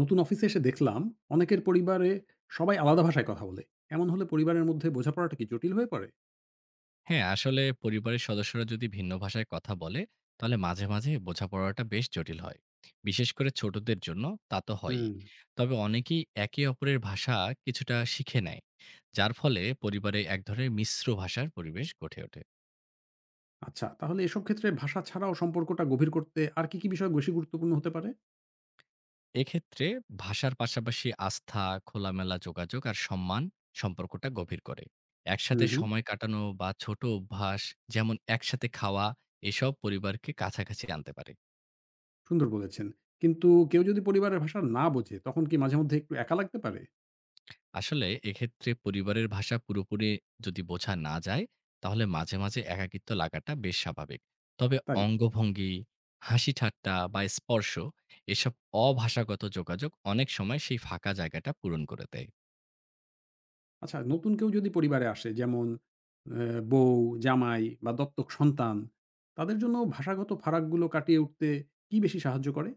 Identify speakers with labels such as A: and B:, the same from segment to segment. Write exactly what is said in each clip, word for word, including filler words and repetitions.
A: নতুন অফিসে এসে দেখলাম অনেকের পরিবারে সবাই আলাদা ভাষায় কথা বলে। এমন হলে পরিবারের মধ্যে বোঝাপড়াটা কি জটিল হয়ে পড়ে?
B: হ্যাঁ, আসলে পরিবারের সদস্যরা যদি ভিন্ন ভাষায় কথা বলে, তাহলে মাঝে, মাঝে বোঝাপড়াটা বেশ জটিল হয়। বিশেষ করে ছোটদের জন্য তা তো হয়ই।
A: হুম।
B: তবে অনেকেই একে অপরের ভাষা কিছুটা শিখে নেয়। যার ফলে পরিবারে এক ধরনের মিশ্র ভাষার পরিবেশ গঠে ওঠে।
A: আচ্ছা, তাহলে এসব ক্ষেত্রে ভাষা ছাড়াও সম্পর্কটা গভীর করতে আর কি কি বিষয় বেশি গুরুত্বপূর্ণ হতে পারে?
B: এক্ষেত্রে ভাষার পাশাপাশি আস্থা, খোলামেলা যোগাযোগ আর সম্মান সম্পর্কটা গভীর করে।
A: হুম,
B: একসাথে
A: হুম।
B: সময় কাটানো বা ছোট অভ্যাস যেমন একসাথে খাওয়া এসব পরিবারকে কাছাকাছি আনতে পারে।
A: সুন্দর বলেছেন। কিন্তু কেউ যদি পরিবারের ভাষা না বোঝে, তখন কি মাঝে মধ্যে একটু একা লাগতে পারে?
B: আসলে এক্ষেত্রে পরিবারের ভাষা পুরোপুরি যদি বোঝা না যায়, তাহলে মাঝে, মাঝে একাকিত্ব লাগাটা বেশ স্বাভাবিক। তবে
A: তাই?
B: অঙ্গভঙ্গি, হাসি ঠাট্টা বা স্পর্শ এসব অভাষাগত যোগাযোগ অনেক সময় সেই ফাঁকা জায়গাটা পূরণ করে দেয়।
A: আচ্ছা, নতুন কেউ যদি পরিবারে আসে, যেমন আহ, বউ, জামাই বা দত্তক সন্তান, তাদের জন্য ভাষাগত ফারাকগুলো কাটিয়ে উঠতে কি বেশি সাহায্য করে?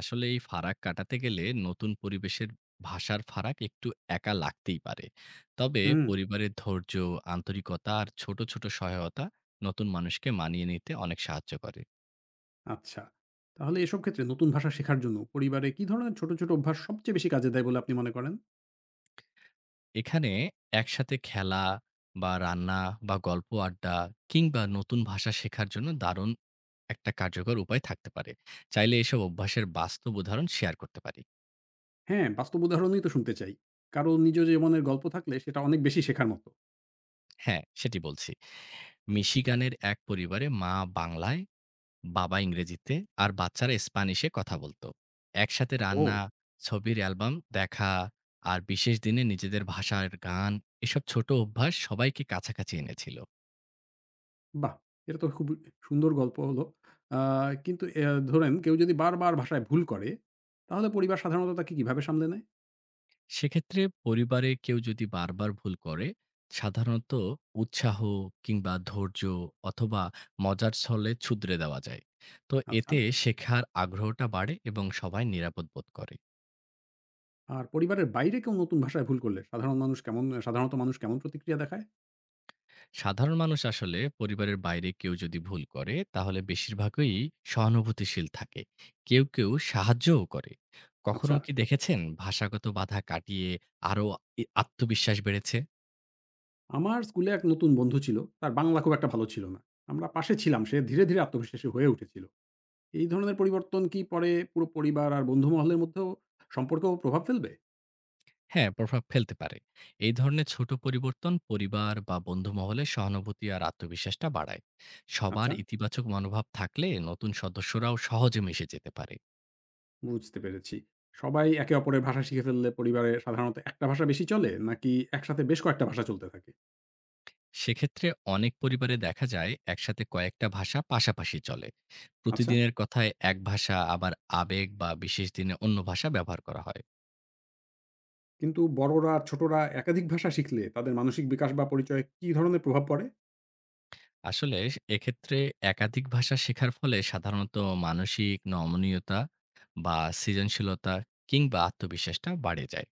B: আসলে এই ফারাক কাটাতে গেলে নতুন পরিবেশের ভাষার ফারাক একটু একা লাগতেই পারে। তবে
A: হুম।
B: পরিবারের ধৈর্য, আন্তরিকতা আর ছোট, ছোট সহায়তা নতুন মানুষকে মানিয়ে নিতে অনেক সাহায্য করে।
A: আচ্ছা। তাহলে এসব ক্ষেত্রে নতুন ভাষা শেখার জন্য পরিবারে কি ধরনের ছোট, ছোট অভ্যাস সবচেয়ে বেশি কাজে দেয় বলে আপনি মনে করেন?
B: এখানে একসাথে খেলা বা রান্না বা গল্প আড্ডা কিংবা নতুন ভাষা শেখার জন্য দারুণ একটা কার্যকর উপায় থাকতে পারে। চাইলে এসব অভ্যাসের বাস্তব উদাহরণ শেয়ার করতে পারি।
A: হ্যাঁ, বাস্তব উদাহরণই তো শুনতে চাই। কারো নিজ জীবনের গল্প থাকলে সেটা অনেক বেশি শেখার মতো।
B: হ্যাঁ, সেটি বলছি। মিশিগানের এক পরিবারে মা বাংলায়, বাবা ইংরেজিতে আর বাচ্চারা স্প্যানিশে কথা বলত। একসাথে রান্না,
A: ও!
B: ছবির অ্যালবাম দেখা আর বিশেষ দিনে নিজেদের ভাষার গান এসব ছোট অভ্যাস সবাইকে কাছাকাছি এনেছিল।
A: বাহ! এটা তো খুব সুন্দর গল্প হলো। আ কিন্তু অ্যা ধরেন কেউ যদি বারবার ভাষায় ভুল করে, তাহলে পরিবার সাধারণত তাকে কিভাবে সামলে নেয়?
B: সেক্ষেত্রে পরিবারে কেউ যদি বারবার ভুল করে সাধারণত উৎসাহ কিংবা ধৈর্য অথবা মজার ছলে ছুদ্রে দেওয়া যায়। তো
A: আচ্ছা।
B: এতে শেখার আগ্রহটা বাড়ে এবং সবাই নিরাপদ বোধ করে।
A: আর পরিবারের বাইরে কেউ নতুন ভাষায় ভুল করলে সাধারণ মানুষ কেমন সাধারণত মানুষ কেমন প্রতিক্রিয়া দেখায়?
B: সাধারণ মানুষ আসলে পরিবারের বাইরে কেউ যদি ভুল করে তাহলে বেশিরভাগই সহানুভূতিশীল থাকে, কেউ কেউ সাহায্যও করে।
A: আচ্ছা।
B: কখনো কি দেখেছেন ভাষাগত বাধা কাটিয়ে আরও আত্মবিশ্বাস বেড়েছে?
A: আমার স্কুলে এক নতুন বন্ধু ছিল। তার বাংলা খুব একটা ভালো ছিল না। আমরা পাশে ছিলাম। সে ধীরে, ধীরে আত্মবিশ্বাসী হয়ে উঠেছিল। এই ধরনের পরিবর্তন কি পরে পুরো পরিবার আর বন্ধু মহলের মধ্যেও সম্পর্কেও প্রভাব ফেলবে?
B: হ্যাঁ, প্রভাব ফেলতে পারে। এই ধরনের ছোট পরিবর্তন পরিবার বা বন্ধু মহলে সহানুভূতি আর আত্মবিশ্বাসটা বাড়ায়। সবার
A: আচ্ছা,
B: ইতিবাচক মনোভাব থাকলে নতুন সদস্যরাও সহজে মিশে যেতে পারে।
A: বুঝতে পেরেছি। সবাই একে অপরের ভাষা শিখে ফেললে পরিবারে সাধারণত একটা ভাষা বেশি চলে, নাকি একসাথে বেশ কয়েকটা ভাষা চলতে থাকে?
B: সেক্ষেত্রে অনেক পরিবারে দেখা যায় একসাথে কয়েকটা ভাষা পাশাপাশি চলে।
A: আচ্ছা,
B: প্রতিদিনের কথায় এক ভাষা, আবার আবেগ বা বিশেষ দিনে অন্য ভাষা ব্যবহার করা হয়।
A: কিন্তু বড়রা আর ছোটরা একাধিক ভাষা শিখলে তাদের মানসিক বিকাশ বা পরিচয়ে কি ধরনের প্রভাব পড়ে?
B: আসলে এক্ষেত্রে একাধিক ভাষা শেখার ফলে সাধারণত মানসিক নমনীয়তা বা সৃজনশীলতা কিংবা আত্মবিশ্বাসটা বাড়ে যায়।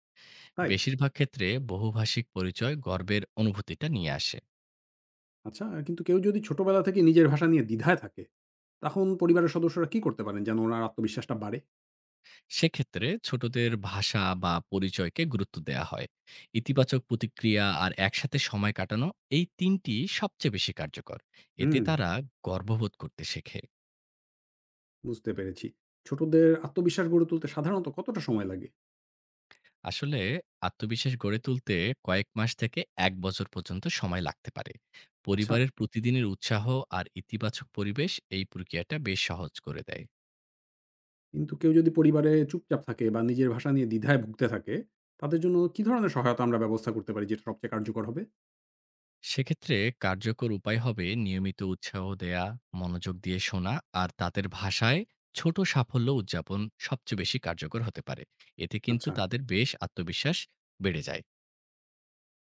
A: তাই?
B: বেশিরভাগ ক্ষেত্রে বহুভাষিক পরিচয় গর্বের অনুভূতিটা নিয়ে আসে।
A: আচ্ছা, কিন্তু কেউ যদি ছোটবেলা থেকে নিজের ভাষা নিয়ে দ্বিধায় থাকে, তখন পরিবারের সদস্যরা কি করতে পারেন যেন ওনার আত্মবিশ্বাসটা বাড়ে?
B: সেক্ষেত্রে ছোটদের ভাষা বা পরিচয়কে গুরুত্ব দেওয়া হয়, ইতিবাচক প্রতিক্রিয়া আর একসাথে সময় কাটানো, এই তিনটি সবচেয়ে বেশি কার্যকর। এতে
A: হুম।
B: তারা গর্ববোধ করতে শেখে।
A: বুঝতে পেরেছি। ছোটদের আত্মবিশ্বাস গড়ে তুলতে সাধারণত কতটা সময় লাগে?
B: আসলে আত্মবিশ্বাস গড়ে তুলতে কয়েক মাস থেকে এক বছর পর্যন্ত সময় লাগতে পারে।
A: আচ্ছা,
B: পরিবারের প্রতিদিনের উৎসাহ আর ইতিবাচক পরিবেশ এই প্রক্রিয়াটা বেশ সহজ করে দেয়।
A: কিন্তু কেউ যদি পরিবারে চুপচাপ থাকে বা নিজের ভাষা নিয়ে দ্বিধায় ভুগতে থাকে, তাদের জন্য কি ধরনের সহায়তা আমরা ব্যবস্থা করতে পারি যেটা সবচেয়ে কার্যকর হবে?
B: সেক্ষেত্রে কার্যকর উপায় হবে নিয়মিত উৎসাহ দেয়া, মনোযোগ দিয়ে শোনা আর তাদের ভাষায় ছোট সাফল্য উদযাপন সবচেয়ে বেশি কার্যকর হতে পারে। এতে কিন্তু
A: আচ্ছা।
B: তাদের বেশ আত্মবিশ্বাস বেড়ে যায়।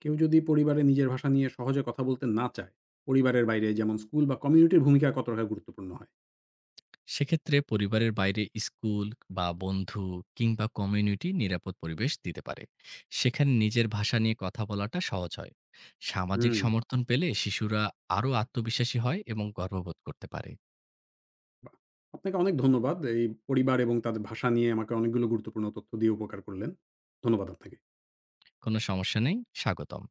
A: কেউ যদি পরিবারে নিজের ভাষা নিয়ে সহজে কথা বলতে না চায়, পরিবারের বাইরে যেমন স্কুল বা কমিউনিটির ভূমিকা কতটা গুরুত্বপূর্ণ হয়?
B: সেক্ষেত্রে পরিবারের বাইরে স্কুল বা বন্ধু কিংবা কমিউনিটি নিরাপদ পরিবেশ দিতে পারে। সেখানে নিজের ভাষা নিয়ে কথা বলাটা সহজ হয়। সামাজিক
A: হুম।
B: সমর্থন পেলে শিশুরা আরও আত্মবিশ্বাসী হয় এবং গর্ববোধ করতে পারে।
A: বাহ! আপনাকে অনেক ধন্যবাদ। এই পরিবার এবং তাদের ভাষা নিয়ে আমাকে অনেকগুলো গুরুত্বপূর্ণ তথ্য দিয়ে উপকার করলেন। ধন্যবাদ আপনাকে।
B: কোনো সমস্যা নেই, স্বাগতম।